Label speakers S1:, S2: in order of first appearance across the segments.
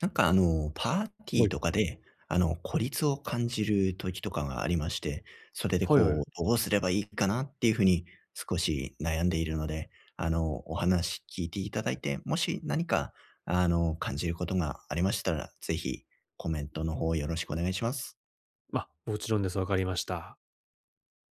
S1: なんかパーティ
S2: は
S1: ー
S2: い。
S1: とかで、孤立を感じる時とかがありまして、それで
S2: はいは
S1: こう、
S2: い。
S1: どうすればいいかなっていうふうに少し悩んでいるので、お話聞いていただいて、もし何か、感じることがありましたら、ぜひコメントの方よろしくお願いします。
S2: まあ、もちろんです。わかりました。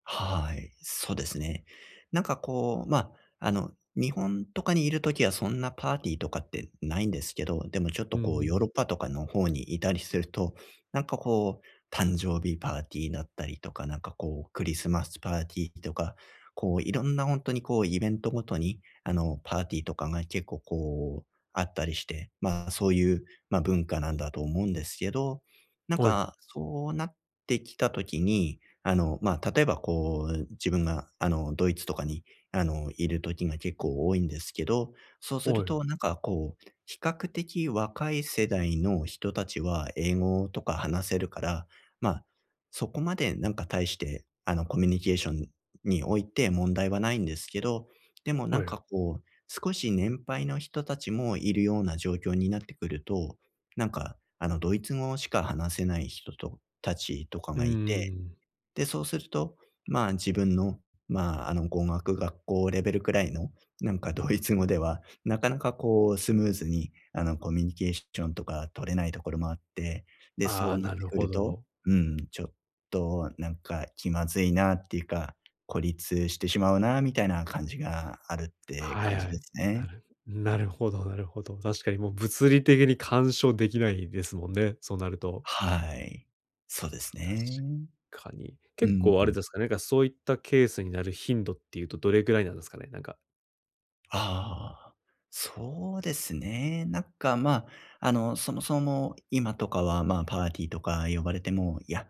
S1: はい、そうですね。なんかこう、まあ、日本とかにいるときはそんなパーティーとかってないんですけど、でもちょっ
S2: う
S1: と
S2: ん
S1: こ
S2: う
S1: うヨー
S2: ん。
S1: ロッパとかの方にいたりすると、なんかこう、誕生日パーティーだったりとか、なんかこうクリスマスパーティーとか、こういろんな本当にこうイベントごとに、パーティーとかが結構こうあったりして、まあ、そういう、まあ、文化なんだと思うんですけど、なん
S2: はい。
S1: かそうなってきたときに、まあ、例えばこう、自分がドイツとかにいる時が結構多いんですけど、そうす
S2: は
S1: る
S2: い。
S1: となんかこう、比較的若い世代の人たちは英語とか話せるから、まあ、そこまでなんか大して、コミュニケーションにおいて問題はないんですけど、でもな
S2: は
S1: ん
S2: い。
S1: かこう、少し年配の人たちもいるような状況になってくると、なんかドイツ語しか話せない人とたちとか
S2: うん
S1: が
S2: うん
S1: い
S2: う
S1: て
S2: ん。
S1: で、そうすると、まあ、自分の、まあ、語学学校レベルくらいの、なんかドイツ語では、なかなかこうスムーズに、コミュニケーションとか取れないところもあって、で、
S2: あ
S1: そ
S2: あ、
S1: うなっ
S2: な
S1: て
S2: る
S1: く
S2: ほ
S1: ると、
S2: ど。
S1: うん、ちょっとなんか気まずいなっていうか、孤立してしまうなみたいな感じがあるって
S2: はい
S1: 感
S2: は
S1: じで
S2: い。
S1: す
S2: な
S1: ね。
S2: るなるほどなるほど。確かにもう物理的に干渉できないですもんね、そうなると。
S1: はい。そうです
S2: 確
S1: ね。
S2: かに。
S1: う
S2: 結
S1: ん
S2: 構あ
S1: う
S2: れ
S1: ん。
S2: ですかね、なんかそういったケースになる頻度っていうとどれぐらいなんですかね？なんか。
S1: ああ、そうですね。なんか、まあ、そもそも今とかは、まあ、パーティーとか呼ばれても、いや、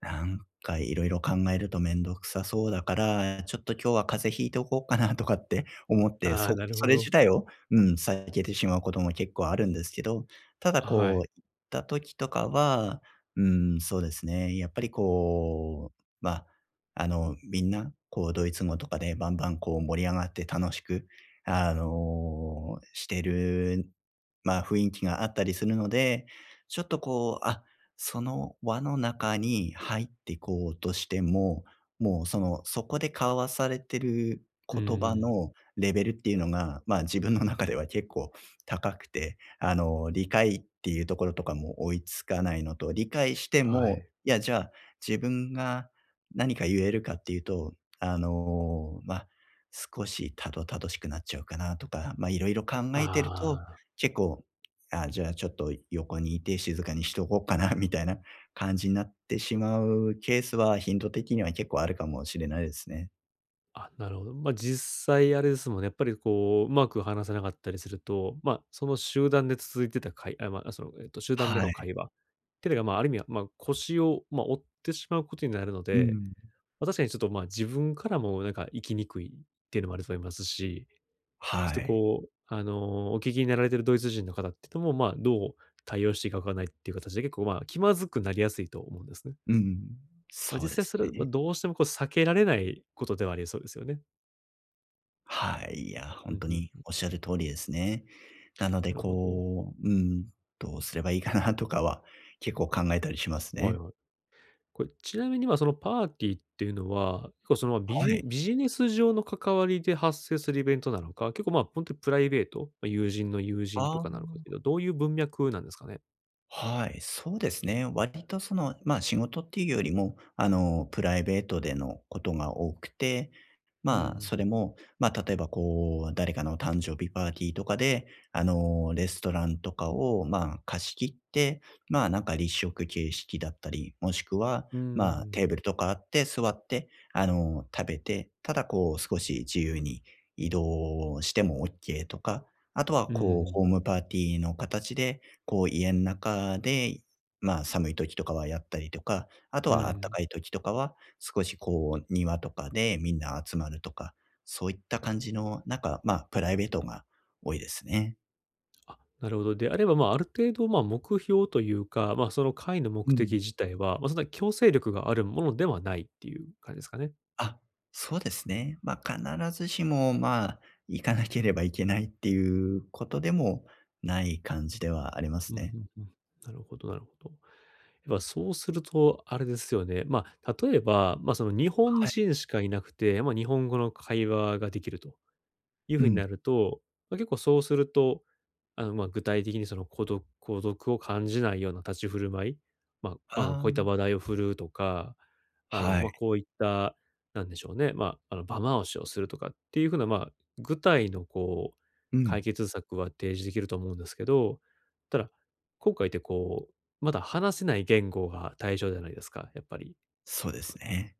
S1: なんかいろいろ考えるとめんどくさそうだから、ちょっと今日は風邪ひいておこうかなとかって 思って、
S2: ああ、
S1: そ
S2: なる
S1: そ
S2: ほ
S1: れ
S2: ど。
S1: 自体を、うん、避けてしまうことも結構あるんですけど、ただ
S2: は
S1: こう、
S2: い。
S1: 行った時とかは、うん、そうですね、やっぱりこう、ま、あみんな、こうドイツ語とかでバンバンこう盛り上がって楽しく、してる、ま、あ雰囲気があったりするので、ちょっとこう、あ、その輪の中に入っていこうとしても、もうその、そこで交わされてる
S2: うんう
S1: 言葉
S2: ん。
S1: のレベルっていうのが、まあ、自分の中では結構高くて、理解っていうところとかも追いつかないのと、理解して
S2: は
S1: も、
S2: い。
S1: いや、じゃあ、自分が何か言えるかっていうと、まあ、少したどたどしくなっちゃうかなとか、まあ、いろいろ考えてると、
S2: ああ。
S1: 結構あ、じゃあちょっと横にいて静かにしとこうかな みたいな感じになってしまうケースは、頻度的には結構あるかもしれないですね。
S2: あ、なるほど。ま、実際あれですもんね、やっぱりこう、うまく話せなかったりすると、ま、その集団で続いてた会、あ、まあ、その、集団で
S1: は
S2: の
S1: い。
S2: 会話っていうのが、ある意味は、ま、腰を、まあ、折ってしまうことになるの
S1: う
S2: で、
S1: ん。
S2: まあ、確かにちょっと、ま、自分からもなんか生きにくいっていうのもあると思いますし、ちょ
S1: は
S2: っと
S1: い。
S2: こう、あの、お聞きになられてるドイツ人の方っていうのも、ま、どう対応していいかわからないっていう形で結構、ま、気まずくなりやすいと思うんですね。
S1: うん。
S2: ま、
S1: そう
S2: 実
S1: で
S2: 際
S1: す
S2: それ
S1: ね。
S2: は、ま、どうしてもこう避けられないことではありそうですよね。
S1: はい。いや、
S2: う
S1: 本
S2: ん
S1: 当
S2: うん。
S1: におっしゃる通りですね。なので、
S2: なるほど。
S1: こう、うん、どうすればいいかなとかは、結構考えたりします
S2: はい
S1: ね。
S2: はい。これ、ちなみに、まあ、そのパーティーっていうのは、結構そのビ
S1: は
S2: ジ
S1: い。
S2: ビジネス上の関わりで発生するイベントなのか、結構、本当にプライベート、ま、友人の友人と
S1: あ
S2: かなのかけ
S1: あ。
S2: ど、どういう文脈なんですかね？
S1: はい、そうですね。割とその、まあ仕事っていうよりも、プライベートでのことが多くて、
S2: うんう
S1: まあ
S2: ん。
S1: それも、まあ例えばこう、誰かの誕生日パーティーとかで、レストランとかを、まあ貸し切って、まあなんか立食形式だったり、もしくは、
S2: う
S1: まあ
S2: ん。
S1: テーブルとかあって座って、食べて、ただこう少し自由に移動しても OK とか、あとは
S2: うんう
S1: こう、
S2: ん。
S1: ホームパーティーの形で、こう、家の中で、まあ、寒い時とかはやったりとか、あとはあったかい時とかは、少しこう、庭とかでみんな集まるとか、そういった感じの、なんか、まあ、プライベートが多いですね。
S2: あ、なるほど。であれば、まあ、ある程度、まあ、目標というか、まあ、その会の目
S1: う
S2: 的
S1: ん。
S2: 自体は、まあ、そんな強制力があるものではないっていう感じですかね？
S1: あ、そうですね。ま、必ずしも、まあ、行かなければいけないっていうことでもない感じではありま
S2: うん、
S1: す
S2: う
S1: ね。
S2: んうん。なるほどなるほど。やっぱそうすると、あれですよね。まあ、例えば、まあ、その日本
S1: はい。
S2: 人しかいなくて、まあ、日本語の会話ができるというふ
S1: う
S2: うに
S1: ん。
S2: なると、まあ、結構そうするとあの、まあ、具体的にその孤独を感じないような立ち振る舞い、まあ、あの、
S1: ああ、
S2: こういった話題を振るうとか、あの、
S1: は
S2: ま
S1: い。
S2: あ、こういった、なんでしょうね、まあ、あの、場回しをするとかっていう風な、まあ、具体のこう、
S1: うん。
S2: 解決策は提示できると思うんですけど、ただ、今回ってこう、まだ話せない言語が対象じゃないですか、やっぱり。
S1: そうですね。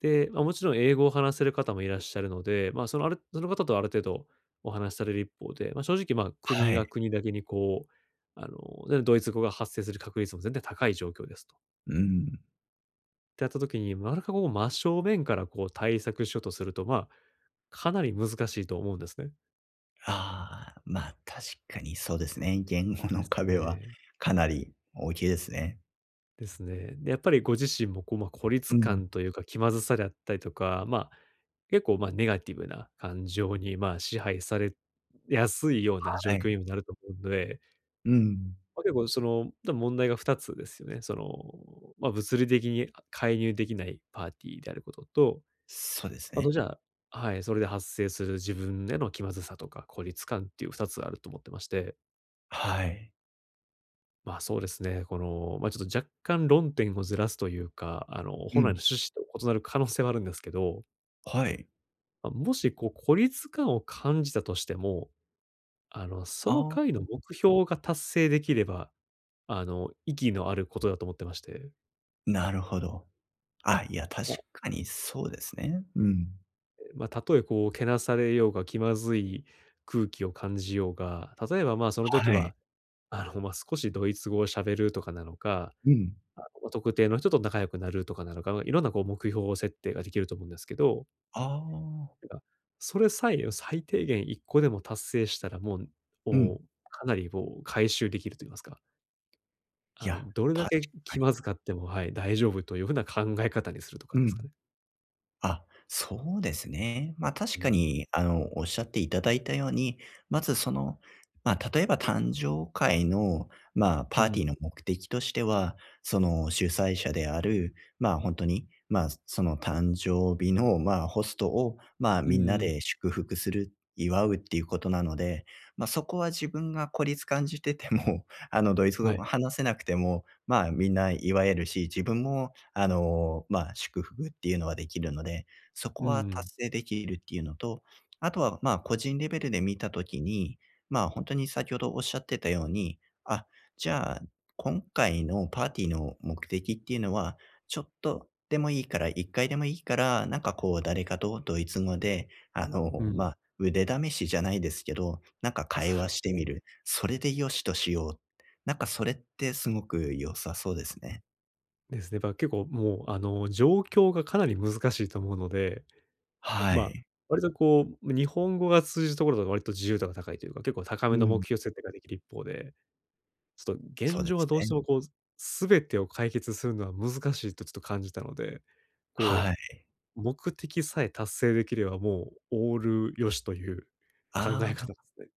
S2: で、まあ、もちろん英語を話せる方もいらっしゃるので、まあ、そのあるその方とはある程度お話しされる一方で、まあ、正直、まあ、国
S1: は
S2: が
S1: い。
S2: 国だけにこう、あの、でね、ドイツ語が発生する確率も全然高い状況ですと。っ
S1: うん。
S2: てやった時に、なかなかこう真正面からこう対策しようとすると、まあ、かなり難しいと思うんですね。
S1: ああ、まあ、確かにそうですね。言語
S2: で
S1: の
S2: す
S1: 壁は
S2: ね。
S1: かなり大きいですね。
S2: ですね。で、やっぱりご自身もこう、まあ、孤立
S1: うん。
S2: 感というか気まずさであったりとか、まあ、結構、まあ、ネガティブな感情に、まあ、支配されやすいような状
S1: は
S2: 況に
S1: い。
S2: もなると思うので、
S1: うん。
S2: まあ、結構その、多分問題が2つですよね。その、まあ、物理的に、介入できないパーティーであることと、
S1: そうです
S2: あと
S1: ね。
S2: じゃあはい、それで発生する自分への気まずさとか孤立感っていう2つあると思ってまして、
S1: はい。
S2: まあ、そうですね。この、ま、ちょっと若干論点をずらすというか、あの、
S1: う
S2: 本来
S1: ん。
S2: の趣旨と異なる可能性はあるんですけど、
S1: はい。
S2: ま、もしこう孤立感を感じたとしても、あの、その
S1: あ
S2: 回
S1: あ、
S2: の目標が達成できれば、あの、意義のあることだと思ってまして。
S1: なるほど。あ、いや、確
S2: ま、あ
S1: かにそうですね。うん。
S2: ま、たとえこうけなされようが気まずい空気を感じようが、例えば、まあ、その
S1: は
S2: 時
S1: い。
S2: は、あの、まあ、少しドイツ語を喋るとかなのか
S1: うん。
S2: あの、特定の人と仲良くなるとかなのか、いろんなこう目標設定ができると思うんですけど、
S1: ああ、
S2: なんか、それさえを最低限1個でも達成したら、もう、
S1: うん。
S2: お、かなりもう回収できると言いますか、あ
S1: い
S2: の、
S1: や、
S2: どれだ
S1: 確
S2: け
S1: か
S2: 気
S1: に。
S2: まずかっても、はい、大丈夫という風な考え方にするとか
S1: う
S2: ですか
S1: ん。
S2: ね。
S1: あ、そうですね。ま、確
S2: う
S1: か
S2: ん。
S1: に、おっしゃっていただいたように、まずその、ま、例えば誕生会の、まあ、
S2: う
S1: パーテ
S2: ん。
S1: ィーの目的としては、その、主催者である、まあ、本当に、ま、その誕生日の、まあ、ホストを、まあ、
S2: う
S1: みん
S2: ん
S1: な
S2: うん。
S1: で祝福する、祝うっていうことなので、ま、そこは自分が孤立感じてても、ドイツ語
S2: はい。
S1: も話せなくても、まあ、みんな祝えるし、自分もまあ、祝福っていうのはできるので、そ
S2: う
S1: こは
S2: ん、うん。
S1: 達成できるっていうのと、あとは、まあ、個人レベルで見たときに、まあ、本当に先ほどおっしゃってたように、あ、じゃあ、今回のパーティーの目的っていうのは、ちょっとでもいいから、1回でもいいから、なんかこう誰かとドイツ語で、まあ、腕試しじゃないですけど、なんか
S2: そ
S1: 会
S2: うで
S1: 話し
S2: す
S1: てみ
S2: ね。
S1: る。それでよしとしよう。なんかそれってすごく良さそうですね。
S2: ですね。結構もう、あの、状況がかなり難しいと思うので
S1: は
S2: まあ、
S1: い。
S2: 割とこう、日本語が通じるところとか割と自由度が高いというか、結構高
S1: う
S2: めの目
S1: ん、
S2: 標設定ができる一方で、ちょっと
S1: そ
S2: 現
S1: うで
S2: 状は
S1: す
S2: どうして
S1: ね。
S2: もこう、全てを解決するのは難しいとちょっと感じたので、こう、
S1: はい。
S2: 目的さえ達成できればもうオール良しという考
S1: あ
S2: え
S1: あ、
S2: 方ですね。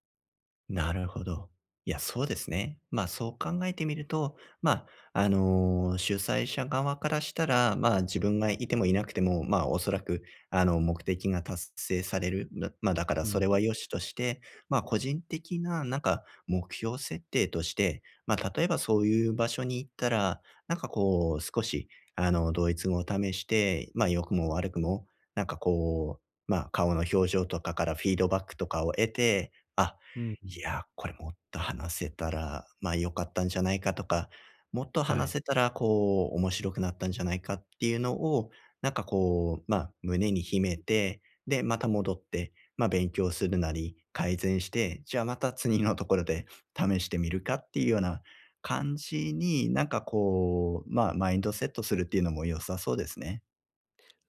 S1: なるほど。いや、そうですね。まあ、そう考えてみると、まあ、主催者側からしたら、まあ、自分がいてもいなくても、まあ、おそらく、目的が達成される。ままあ、だから
S2: う
S1: そ
S2: ん。
S1: れは良しとして、まあ、個人的な、なんか、目標設定として、まあ、例えばそういう場所に行ったら、なんかこう、少し、ドイツ語を試して、まあ、良くも悪くも、なんかこう、まあ、顔の表情とかからフィードバックとかを得て、あ、
S2: うんう
S1: い
S2: ん。
S1: や、これもっと話せたら、ま、あ良かったんじゃないかとか、もっと
S2: は
S1: 話
S2: い。
S1: せたらこう面白くなったんじゃないかっていうのを、なんかこう、ま、あ胸に秘めて、で、また戻って、ま、あ勉強するなり改善して、じゃあまた次のところで試してみるかっていうような感じに、なんかこう、ま、あマインドセットするっていうのも良さそうですね。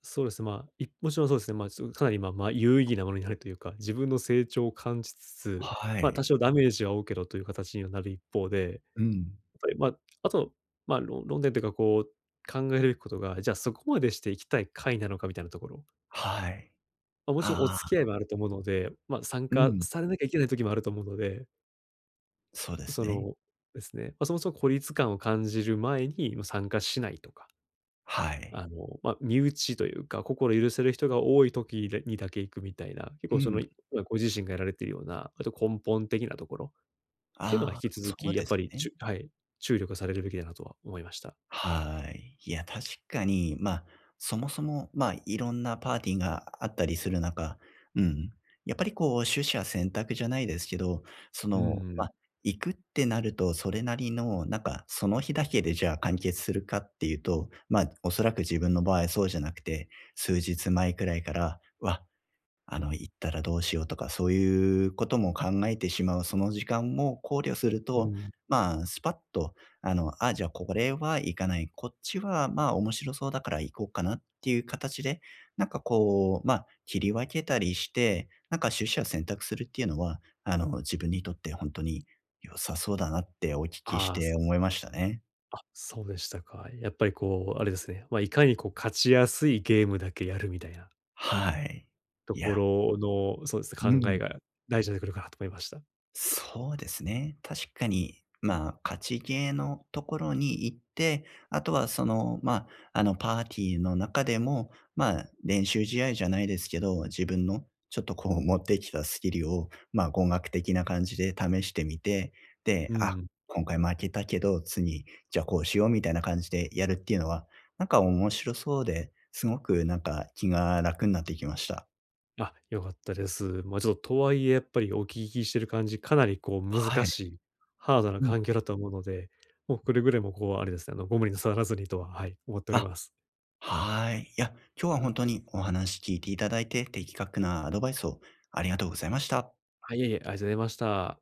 S2: そうですね、まあ、もちろんそうですね、まあ、ちょっとかなりまあまあ、有意義なものになるというか、自分の成長を感じつつ、
S1: は
S2: まあ、多
S1: い。
S2: 少ダメージは負うけどという形にはなる一方で
S1: うん。
S2: まあ、あと、まあ、論点というか、こう、考えるべきことが、じゃあ、そこまでしていきたい会なのかみたいなところ。
S1: はい。
S2: まあ、もちろんお
S1: あ
S2: 付き合い
S1: あ、
S2: もあると思うので、まあ、参
S1: う
S2: 加
S1: ん、
S2: されなきゃいけない時もあると思うので、
S1: そうです
S2: そ
S1: ね。
S2: のですね、まあ、そもそも孤立感を感じる前に、ま、参加しないとか、
S1: はい。
S2: あの、まあ、身内というか、心許せる人が多い時にだけ行くみたいな、結
S1: う
S2: 構その、
S1: ん。
S2: まあご自身がやられているような、あと根本的なところっていうのは引
S1: ああ、
S2: き続
S1: そう
S2: きやっ
S1: で
S2: ぱ
S1: す
S2: り、
S1: ね。
S2: はい、注力されるべきだなとは思いました。
S1: はい。いや、確かに、ま、あそもそも、ま、あいろんなパーティーがあったりする中、うん、やっぱりこう、取捨選択じゃないですけど、そ
S2: う
S1: の、
S2: ん。
S1: まあ、行くってなると、それなりの、なんか、その日だけでじゃあ完結するかっていうと、ま、あおそらく自分の場合そうじゃなくて、数日前くらいから、わ行ったらどうしようとか、そういうことも考えてしまう、その時間も考慮する
S2: う
S1: と、
S2: ん。
S1: まあ、スパッと、あ、じゃあこれは行かない、こっちはまあ面白そうだから行こうかなっていう形で、なんかこう、まあ、切り分けたりして、なんか取捨選択するっていうのは、自分にとって本当に良さそうだなってお聞きし
S2: ああ、
S1: て思いましたね。
S2: そうでしたか。やっぱりこう、あれですね、まあ、いかにこう勝ちやすいゲームだけやるみたいな
S1: はい。
S2: と
S1: い
S2: こ
S1: や、
S2: ろの、そうです
S1: う
S2: ね、考え
S1: ん。
S2: が大事になってくるかなと思いました。
S1: そうですね。確かに、まあ、勝ちゲーのところに行って、あとはその、まあ、パーティーの中でも、まあ、練習試合じゃないですけど、自分のちょっとこう持ってきたスキルを、まあ、語学的な感じで試してみて、で、
S2: う
S1: あ、
S2: ん。
S1: 今回負けたけど、次、じゃあこうしようみたいな感じでやるっていうのは、なんか面白そうで、すごくなんか気が楽になってきました。
S2: あ、良かったです。まあ、ちょっととはいえやっぱりお聞きしてる感じ、かなりこう難
S1: はい。
S2: しい、ハードな
S1: うん。
S2: 環境だと思うので、もうくれぐれもこうあれですね、あの、ご無理なさらずにとは、はい、思っており
S1: あ
S2: ます。
S1: はい。いや、今日は本当にお話聞いていただいて、的確なアドバイスをありがとうございました。
S2: はい、いえいえ、ありがとうございました。